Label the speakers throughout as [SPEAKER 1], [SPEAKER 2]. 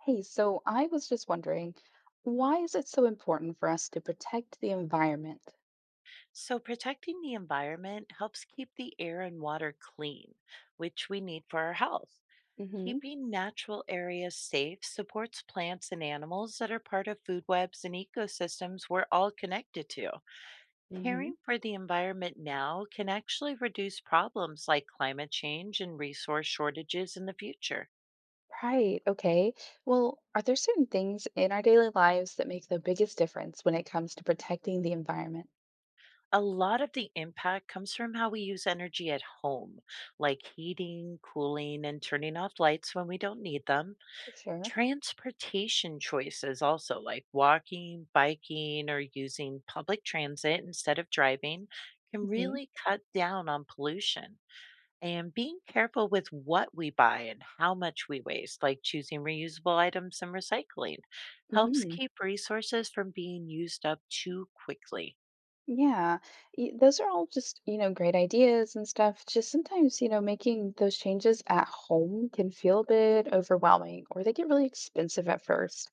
[SPEAKER 1] Hey, so I was just wondering, why is it so important for us to protect the environment?
[SPEAKER 2] So, protecting the environment helps keep the air and water clean, which we need for our health.
[SPEAKER 1] Mm-hmm.
[SPEAKER 2] Keeping natural areas safe supports plants and animals that are part of food webs and ecosystems we're all connected to.
[SPEAKER 1] Mm-hmm.
[SPEAKER 2] Caring for the environment now can actually reduce problems like climate change and resource shortages in the future.
[SPEAKER 1] Right, okay. Well, are there certain things in our daily lives that make the biggest difference when it comes to protecting the environment?
[SPEAKER 2] A lot of the impact comes from how we use energy at home, like heating, cooling, and turning off lights when we don't need them.
[SPEAKER 1] Sure.
[SPEAKER 2] Transportation choices also, like walking, biking, or using public transit instead of driving, can
[SPEAKER 1] Hmm.
[SPEAKER 2] really cut down on pollution. And being careful with what we buy and how much we waste, like choosing reusable items and recycling, helps
[SPEAKER 1] Mm-hmm.
[SPEAKER 2] keep resources from being used up too quickly.
[SPEAKER 1] Yeah, those are all just, great ideas and stuff. Just sometimes, making those changes at home can feel a bit overwhelming or they get really expensive at first.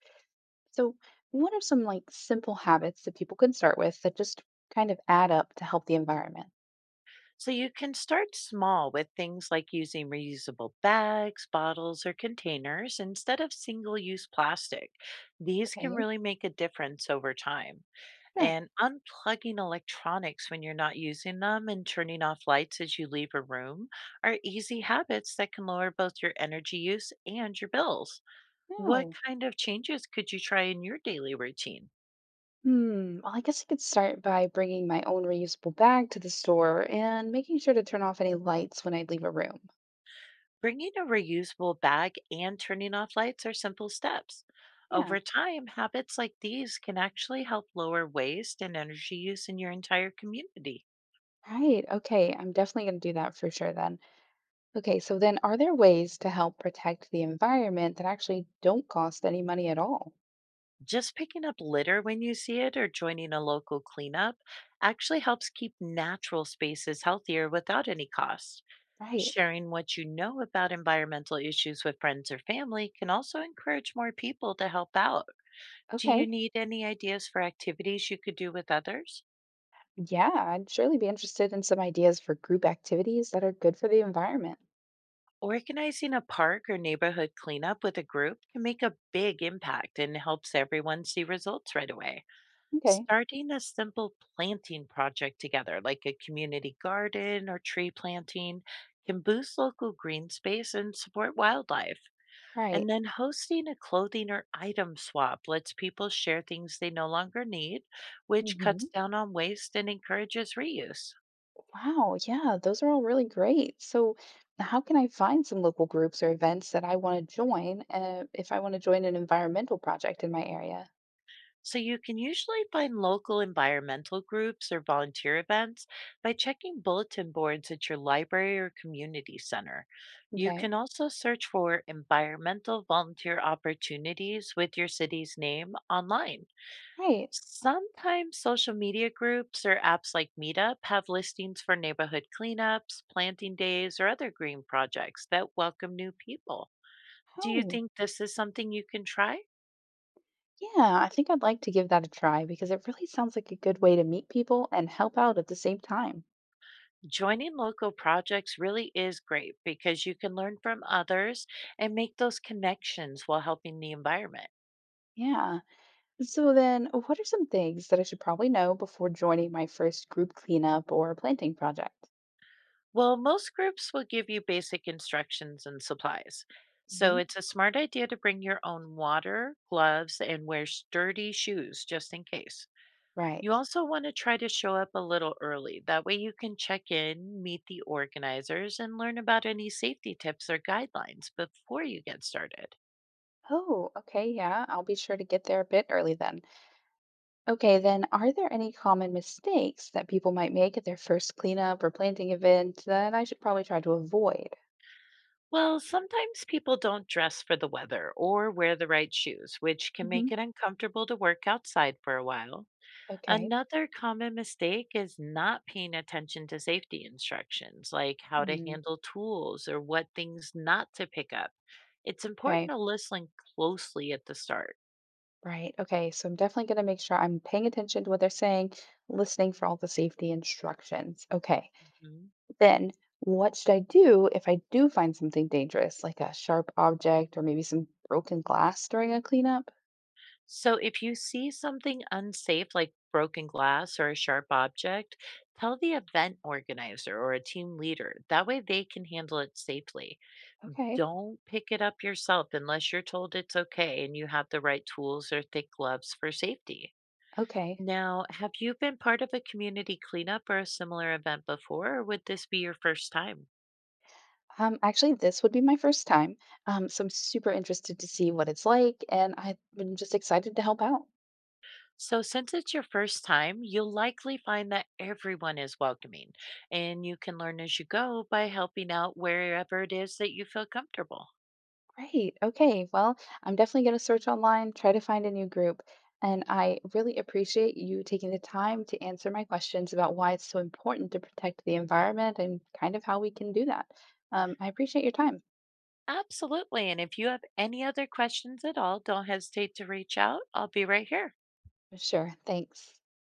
[SPEAKER 1] So, what are some like simple habits that people can start with that just kind of add up to help the environment?
[SPEAKER 2] So you can start small with things like using reusable bags, bottles, or containers instead of single use plastic. These can
[SPEAKER 1] Okay,
[SPEAKER 2] really make a difference over time.
[SPEAKER 1] sure.
[SPEAKER 2] And unplugging electronics when you're not using them and turning off lights as you leave a room are easy habits that can lower both your energy use and your bills. What
[SPEAKER 1] No.
[SPEAKER 2] kind of changes could you try in your daily routine?
[SPEAKER 1] Hmm. Well, I guess I could start by bringing my own reusable bag to the store and making sure to turn off any lights when I leave a room.
[SPEAKER 2] Bringing a reusable bag and turning off lights are simple steps.
[SPEAKER 1] Yeah.
[SPEAKER 2] Over time, habits like these can actually help lower waste and energy use in your entire community.
[SPEAKER 1] Right. Okay. I'm definitely going to do that for sure then. Okay. So, then are there ways to help protect the environment that actually don't cost any money at all?
[SPEAKER 2] Just picking up litter when you see it or joining a local cleanup actually helps keep natural spaces healthier without any cost.
[SPEAKER 1] Right.
[SPEAKER 2] Sharing what you know about environmental issues with friends or family can also encourage more people to help out. Do you
[SPEAKER 1] Okay.
[SPEAKER 2] need any ideas for activities you could do with others?
[SPEAKER 1] Yeah, I'd surely be interested in some ideas for group activities that are good for the environment.
[SPEAKER 2] Organizing a park or neighborhood cleanup with a group can make a big impact and helps everyone see results right away.
[SPEAKER 1] Okay,
[SPEAKER 2] Starting a simple planting project together, like a community garden or tree planting, can boost local green space and support wildlife. And
[SPEAKER 1] right.
[SPEAKER 2] then hosting a clothing or item swap lets people share things they no longer need, which cuts
[SPEAKER 1] Hmm.
[SPEAKER 2] down on waste and encourages reuse.
[SPEAKER 1] Wow, yeah, those are all really great. So, how can I find some local groups or events that I want to join if I want to join an environmental project in my area?
[SPEAKER 2] So you can usually find local environmental groups or volunteer events by checking bulletin boards at your library or community center. You
[SPEAKER 1] Okay,
[SPEAKER 2] can also search for environmental volunteer opportunities with your city's name online.
[SPEAKER 1] right.
[SPEAKER 2] Sometimes social media groups or apps like Meetup have listings for neighborhood cleanups, planting days, or other green projects that welcome new people. Do you
[SPEAKER 1] Oh,
[SPEAKER 2] think this is something you can try?
[SPEAKER 1] yeah, I think I'd like to give that a try because it really sounds like a good way to meet people and help out at the same time.
[SPEAKER 2] Joining local projects really is great because you can learn from others and make those connections while helping the environment.
[SPEAKER 1] Yeah. So then, what are some things that I should probably know before joining my first group cleanup or planting project?
[SPEAKER 2] Well, most groups will give you basic instructions and supplies. So
[SPEAKER 1] Hmm.
[SPEAKER 2] it's a smart idea to bring your own water, gloves, and wear sturdy shoes just in case. You
[SPEAKER 1] Right.
[SPEAKER 2] also want to try to show up a little early. That way, you can check in, meet the organizers, and learn about any safety tips or guidelines before you get started.
[SPEAKER 1] Oh, okay, yeah, I'll be sure to get there a bit early then. Okay, then are there any common mistakes that people might make at their first cleanup or planting event that I should probably try to avoid?
[SPEAKER 2] Well, sometimes people don't dress for the weather or wear the right shoes, which can
[SPEAKER 1] Hmm.
[SPEAKER 2] make it uncomfortable to work outside for a while.
[SPEAKER 1] Okay.
[SPEAKER 2] Another common mistake is not paying attention to safety instructions, like how to
[SPEAKER 1] Mm,
[SPEAKER 2] handle tools or what things not to pick up. It's important
[SPEAKER 1] okay.
[SPEAKER 2] to listen closely at the start.
[SPEAKER 1] Right. Okay. So I'm definitely going to make sure I'm paying attention to what they're saying, listening for all the safety instructions. Okay.
[SPEAKER 2] Mhm.
[SPEAKER 1] Then, what should I do if I do find something dangerous, like a sharp object or maybe some broken glass during a cleanup?
[SPEAKER 2] So, if you see something unsafe like broken glass or a sharp object, tell the event organizer or a team leader. That way, they can handle it safely.
[SPEAKER 1] Okay,
[SPEAKER 2] Don't pick it up yourself unless you're told it's okay and you have the right tools or thick gloves for safety.
[SPEAKER 1] okay.
[SPEAKER 2] Now, have you been part of a community cleanup or a similar event before, or would this be your first time?
[SPEAKER 1] Actually, this would be my first time. So I'm super interested to see what it's like, and I'm just excited to help out.
[SPEAKER 2] So, since it's your first time, you'll likely find that everyone is welcoming and you can learn as you go by helping out wherever it is that you feel comfortable.
[SPEAKER 1] Great. Okay. Well, I'm definitely going to search online, try to find a new group. And I really appreciate you taking the time to answer my questions about why it's so important to protect the environment and kind of how we can do that. I appreciate your time.
[SPEAKER 2] Absolutely. And if you have any other questions at all, don't hesitate to reach out. I'll be right here.
[SPEAKER 1] Sure, thanks.